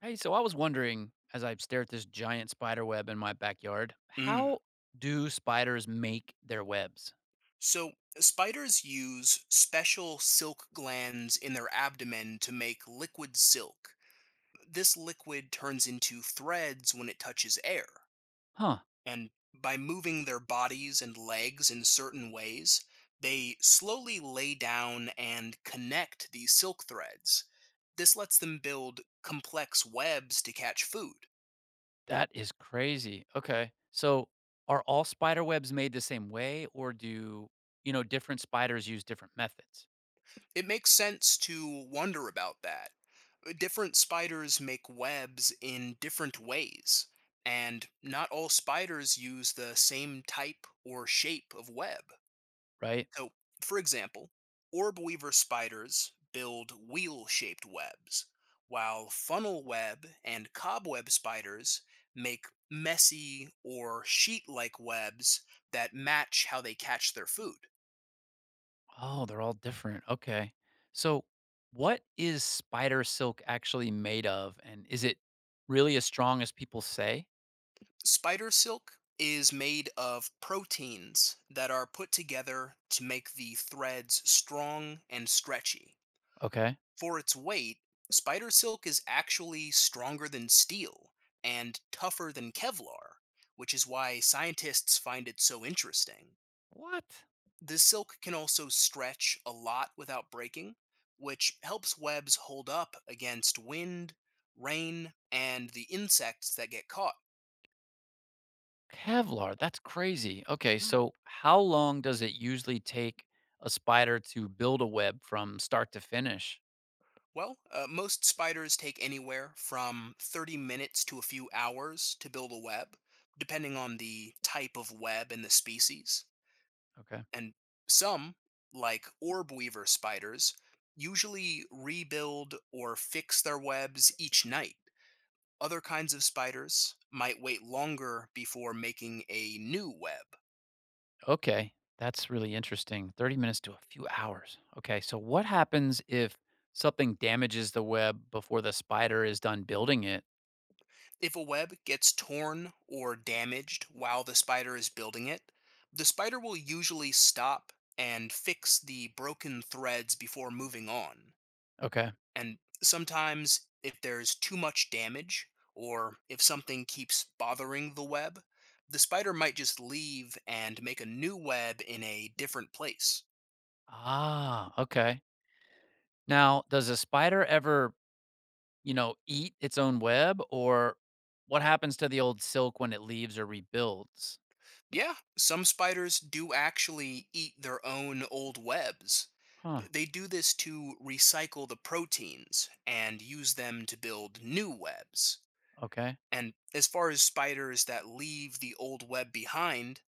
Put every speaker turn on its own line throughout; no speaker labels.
Hey, so I was wondering as I stare at this giant spider web in my backyard,
Mm.
how do spiders make their webs?
So, spiders use special silk glands in their abdomen to make liquid silk. This liquid turns into threads when it touches air.
Huh,
And by moving their bodies and legs in certain ways, they slowly lay down and connect these silk threads. This lets them build complex webs to catch food.
that is crazy. Okay. So are all spider webs made the same way or do, different spiders use different methods,
It makes sense to wonder about that. Different spiders make webs in different ways, and not all spiders use the same type or shape of web.
right?
So, for example, orb weaver spiders build wheel shaped webs, while funnel web and cobweb spiders make messy or sheet like webs that match how they catch their food.
Oh, they're all different. Okay. So what is spider silk actually made of and is it really as strong as people say?
Spider silk is made of proteins that are put together to make the threads strong and stretchy.
Okay.
For its weight, spider silk is actually stronger than steel and tougher than Kevlar, which is why scientists find it so interesting.
What?
The silk can also stretch a lot without breaking, which helps webs hold up against wind, rain, and the insects that get caught.
Kevlar, that's crazy. Okay, so how long does it usually take a spider to build a web from start to finish?
Well, most spiders take anywhere from 30 minutes to a few hours to build a web, depending on the type of web and the species.
Okay.
And some, like orb weaver spiders, usually rebuild or fix their webs each night. Other kinds of spiders might wait longer before making a new web.
Okay, that's really interesting. 30 minutes to a few hours. Okay, so what happens if something damages the web before the spider is done building it?
If a web gets torn or damaged while the spider is building it, the spider will usually stop and fix the broken threads before moving on.
Okay.
And sometimes, if there's too much damage, or if something keeps bothering the web, the spider might just leave and make a new web in a different place.
Ah, okay. Now, does a spider ever, eat its own web or what happens to the old silk when it leaves or rebuilds?
Yeah, some spiders do actually eat their own old webs.
Huh.
They do this to recycle the proteins and use them to build new webs.
Okay.
And as far as spiders that leave the old web behind,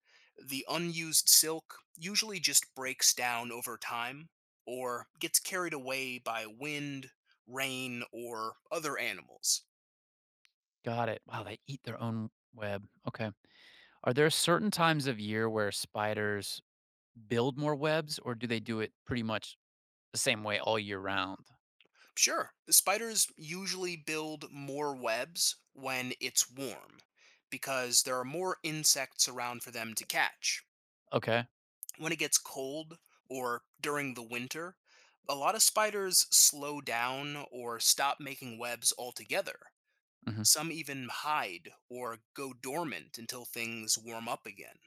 the unused silk usually just breaks down over time or gets carried away by wind, rain, or other animals.
Got it. Wow, they eat their own web. Okay. Are there certain times of year where spiders build more webs, or do they do it pretty much the same way all year round?
Sure, the spiders usually build more webs when it's warm because there are more insects around for them to catch.
Okay.
When it gets cold or during the winter, a lot of spiders slow down or stop making webs altogether.
Hmm.
Some even hide or go dormant until things warm up again.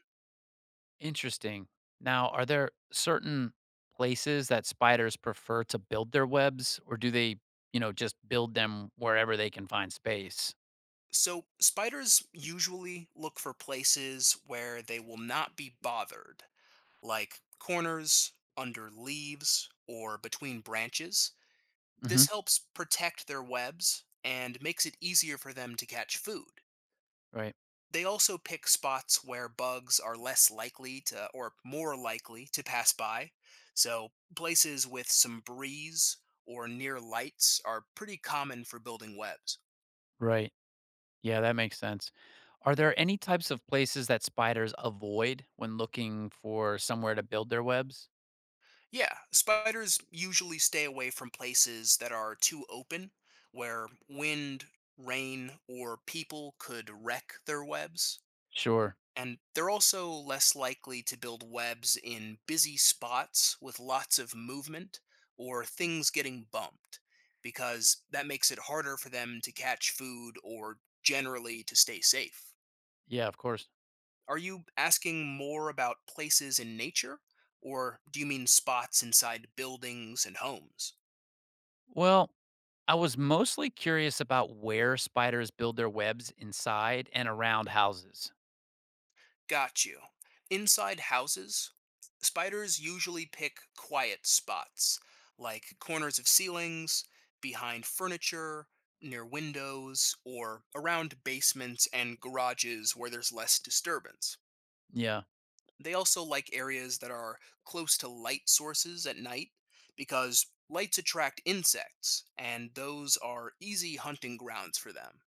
Interesting. Now, are there certain places that spiders prefer to build their webs, or do they, just build them wherever they can find space?
So, spiders usually look for places where they will not be bothered like corners, under leaves, or between branches.
Hmm.
This helps protect their webs and makes it easier for them to catch food.
Right.
They also pick spots where bugs are less likely to or more likely to pass by. So, places with some breeze or near lights are pretty common for building webs.
Right. Yeah, that makes sense. Are there any types of places that spiders avoid when looking for somewhere to build their webs?
Yeah, spiders usually stay away from places that are too open, where wind, rain, or people could wreck their webs.
Sure.
And they're also less likely to build webs in busy spots with lots of movement or things getting bumped, because that makes it harder for them to catch food or generally to stay safe.
Yeah, of course.
Are you asking more about places in nature, or do you mean spots inside buildings and homes?
Well, I was mostly curious about where spiders build their webs inside and around houses.
Got you. Inside houses, spiders usually pick quiet spots, like corners of ceilings, behind furniture, near windows, or around basements and garages where there's less disturbance.
Yeah,
They also like areas that are close to light sources at night because lights attract insects, and those are easy hunting grounds for them.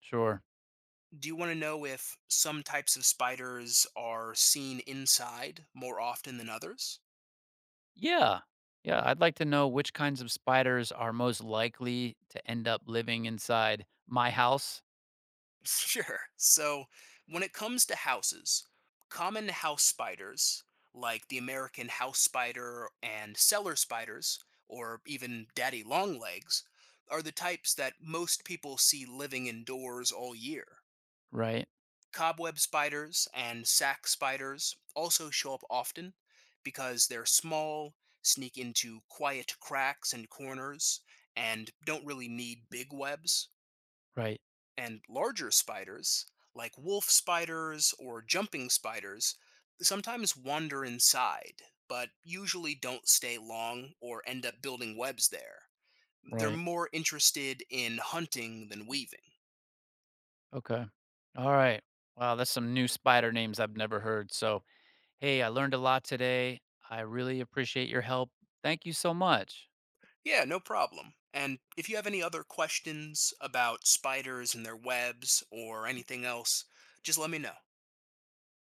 sure.
Do you want to know if some types of spiders are seen inside more often than others?
Yeah. Yeah, I'd like to know which kinds of spiders are most likely to end up living inside my house.
Sure. So, when it comes to houses, common house spiders, like the American house spider and cellar spiders, or even daddy longlegs, are the types that most people see living indoors all year.
Right,
Cobweb spiders and sac spiders also show up often because they're small, sneak into quiet cracks and corners, and don't really need big webs.
right,
And larger spiders, like wolf spiders or jumping spiders, sometimes wander inside, but usually don't stay long or end up building webs there. They're
right.
more interested in hunting than weaving.
Okay. All right. Wow, that's some new spider names I've never heard. So, hey, I learned a lot today. I really appreciate your help. Thank you so much.
Yeah, no problem. And if you have any other questions about spiders and their webs or anything else, just let me know.